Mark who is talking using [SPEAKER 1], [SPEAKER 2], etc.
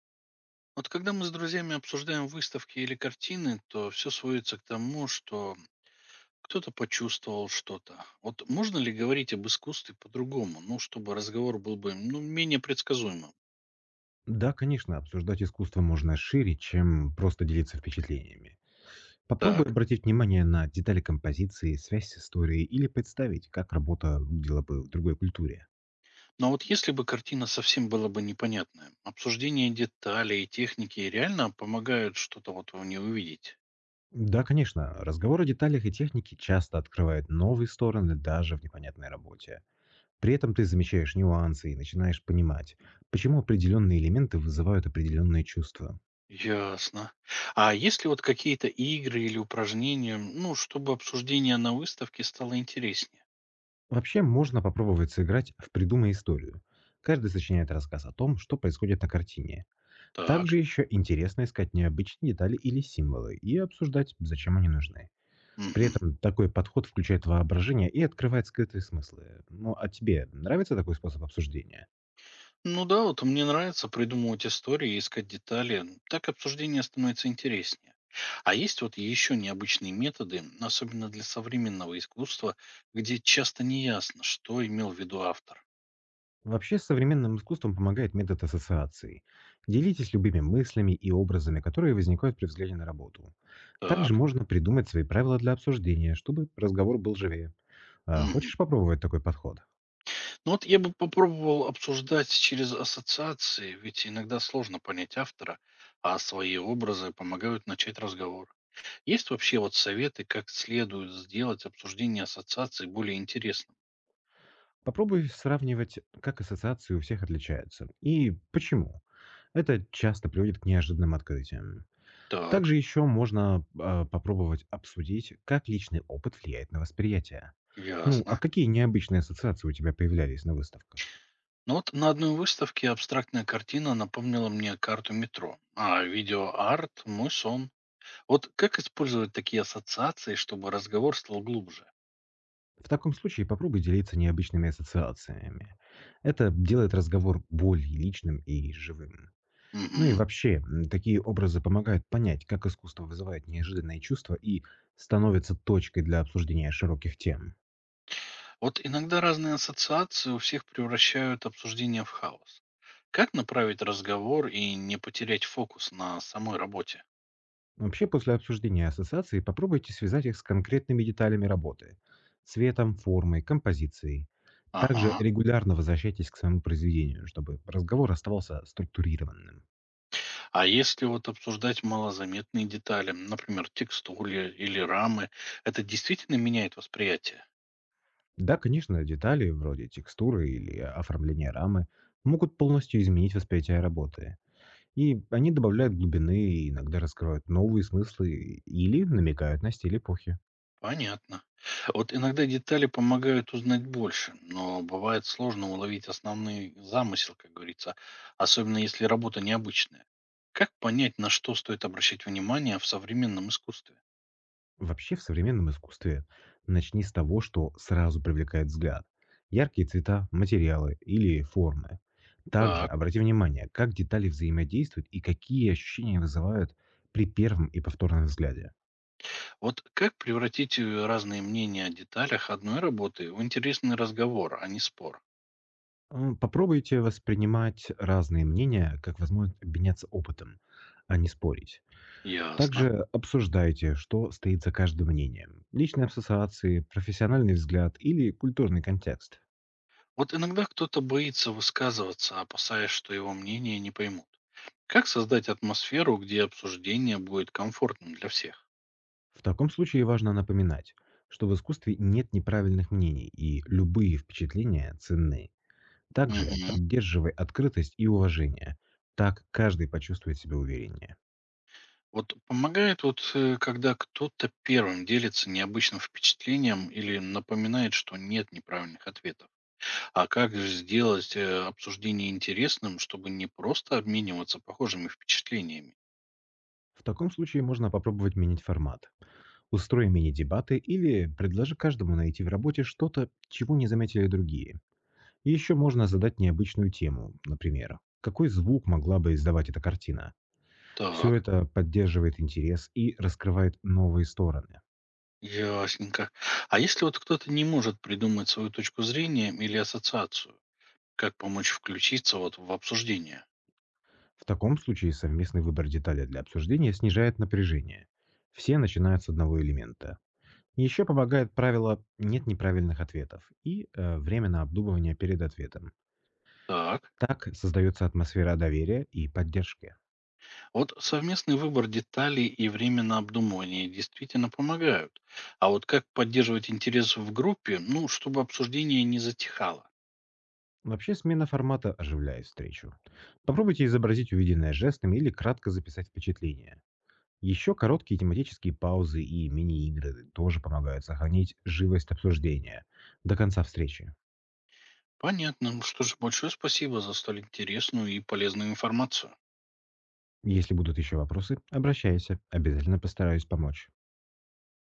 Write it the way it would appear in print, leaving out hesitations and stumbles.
[SPEAKER 1] Вот когда мы с друзьями обсуждаем выставки или картины, то все сводится к тому, что кто-то почувствовал что-то. Вот можно ли говорить об искусстве по-другому, ну, чтобы разговор был бы ну, менее предсказуемым?
[SPEAKER 2] Да, конечно, обсуждать искусство можно шире, чем просто делиться впечатлениями. Попробуй
[SPEAKER 1] Так.
[SPEAKER 2] обратить внимание на детали композиции, связь с историей или представить, как работа выглядела бы в другой культуре.
[SPEAKER 1] Но вот если бы картина совсем была бы непонятная, обсуждение деталей и техники реально помогают что-то вот в ней увидеть?
[SPEAKER 2] Да, конечно, разговор о деталях и технике часто открывает новые стороны даже в непонятной работе. При этом ты замечаешь нюансы и начинаешь понимать, почему определенные элементы вызывают определенные чувства.
[SPEAKER 1] Ясно. А есть ли вот какие-то игры или упражнения, ну, чтобы обсуждение на выставке стало интереснее?
[SPEAKER 2] Вообще, можно попробовать сыграть в «Придумай историю». Каждый сочиняет рассказ о том, что происходит на картине. Также
[SPEAKER 1] Так.
[SPEAKER 2] еще интересно искать необычные детали или символы и обсуждать, зачем они нужны. При
[SPEAKER 1] Мгм.
[SPEAKER 2] этом такой подход включает воображение и открывает скрытые смыслы. Ну а тебе нравится такой способ обсуждения?
[SPEAKER 1] Ну да, вот мне нравится придумывать истории и искать детали. Так обсуждение становится интереснее. А есть вот еще необычные методы, особенно для современного искусства, где часто не ясно, что имел в виду автор.
[SPEAKER 2] Вообще, с современным искусством помогает метод ассоциаций. Делитесь любыми мыслями и образами, которые возникают при взгляде на работу. Также
[SPEAKER 1] Так.
[SPEAKER 2] можно придумать свои правила для обсуждения, чтобы разговор был живее.
[SPEAKER 1] Мгм.
[SPEAKER 2] Хочешь попробовать такой подход?
[SPEAKER 1] Ну вот я бы попробовал обсуждать через ассоциации, ведь иногда сложно понять автора, а свои образы помогают начать разговор. Есть вообще вот советы, как следует сделать обсуждение ассоциаций более интересным?
[SPEAKER 2] Попробуй сравнивать, как ассоциации у всех отличаются и почему. Это часто приводит к неожиданным открытиям.
[SPEAKER 1] Так,
[SPEAKER 2] Также еще можно попробовать обсудить, как личный опыт влияет на восприятие. Ну, а
[SPEAKER 1] ясно.
[SPEAKER 2] какие необычные ассоциации у тебя появлялись на выставках?
[SPEAKER 1] Ну вот на одной выставке абстрактная картина напомнила мне карту метро, а видеоарт – мой сон. Вот как использовать такие ассоциации, чтобы разговор стал глубже?
[SPEAKER 2] В таком случае попробуй делиться необычными ассоциациями. Это делает разговор более личным и живым. Ну и
[SPEAKER 1] Мгм.
[SPEAKER 2] вообще, такие образы помогают понять, как искусство вызывает неожиданные чувства и становится точкой для обсуждения широких тем.
[SPEAKER 1] Вот иногда разные ассоциации у всех превращают обсуждение в хаос. Как направить разговор и не потерять фокус на самой работе?
[SPEAKER 2] Вообще, после обсуждения ассоциаций попробуйте связать их с конкретными деталями работы — цветом, формой, композицией. Также
[SPEAKER 1] Ага.
[SPEAKER 2] регулярно возвращайтесь к своему произведению, чтобы разговор оставался структурированным.
[SPEAKER 1] А если вот обсуждать малозаметные детали, например, текстуры или рамы, это действительно меняет восприятие?
[SPEAKER 2] Да, конечно, детали вроде текстуры или оформления рамы могут полностью изменить восприятие работы, и они добавляют глубины и иногда раскрывают новые смыслы или намекают на стиль эпохи.
[SPEAKER 1] Понятно. Вот иногда детали помогают узнать больше, но бывает сложно уловить основной замысел, как говорится, особенно если работа необычная. Как понять, на что стоит обращать внимание в современном искусстве?
[SPEAKER 2] Вообще, в современном искусстве начни с того, что сразу привлекает взгляд. Яркие цвета, материалы или формы. Также
[SPEAKER 1] Так,
[SPEAKER 2] обрати внимание, как детали взаимодействуют и какие ощущения вызывают при первом и повторном взгляде.
[SPEAKER 1] вот как превратить разные мнения о деталях одной работы в интересный разговор, а не спор?
[SPEAKER 2] Попробуйте воспринимать разные мнения как возможность обменяться опытом, а не спорить.
[SPEAKER 1] Ясно.
[SPEAKER 2] Также обсуждайте, что стоит за каждым мнением. Личные ассоциации, профессиональный взгляд или культурный контекст.
[SPEAKER 1] Вот иногда кто-то боится высказываться, опасаясь, что его мнение не поймут. Как создать атмосферу, где обсуждение будет комфортным для всех?
[SPEAKER 2] В таком случае важно напоминать, что в искусстве нет неправильных мнений и любые впечатления ценны. Также
[SPEAKER 1] Мгм.
[SPEAKER 2] поддерживай открытость и уважение. Так каждый почувствует себя увереннее.
[SPEAKER 1] Вот помогает когда кто-то первым делится необычным впечатлением или напоминает, что нет неправильных ответов. А как же сделать обсуждение интересным, чтобы не просто обмениваться похожими впечатлениями?
[SPEAKER 2] В таком случае можно попробовать менять формат. Устрой мини-дебаты или предложи каждому найти в работе что-то, чего не заметили другие. И еще можно задать необычную тему, например, какой звук могла бы издавать эта картина. Все
[SPEAKER 1] Так,
[SPEAKER 2] это поддерживает интерес и раскрывает новые стороны.
[SPEAKER 1] ясненько. А если вот кто-то не может придумать свою точку зрения или ассоциацию, как помочь включиться вот в обсуждение?
[SPEAKER 2] В таком случае совместный выбор детали для обсуждения снижает напряжение. Все начинают с одного элемента. Еще помогает правило «нет неправильных ответов» и время на обдумывание перед ответом.
[SPEAKER 1] Так.
[SPEAKER 2] Так создается атмосфера доверия и поддержки.
[SPEAKER 1] Вот совместный выбор деталей и время на обдумывание действительно помогают. А вот как поддерживать интерес в группе, ну, чтобы обсуждение не затихало?
[SPEAKER 2] Вообще, смена формата оживляет встречу. Попробуйте изобразить увиденное жестами или кратко записать впечатление. Еще короткие тематические паузы и мини-игры тоже помогают сохранить живость обсуждения до конца встречи.
[SPEAKER 1] Понятно. Ну, что же, большое спасибо за столь интересную и полезную информацию.
[SPEAKER 2] Если будут еще вопросы, обращайся, обязательно постараюсь помочь.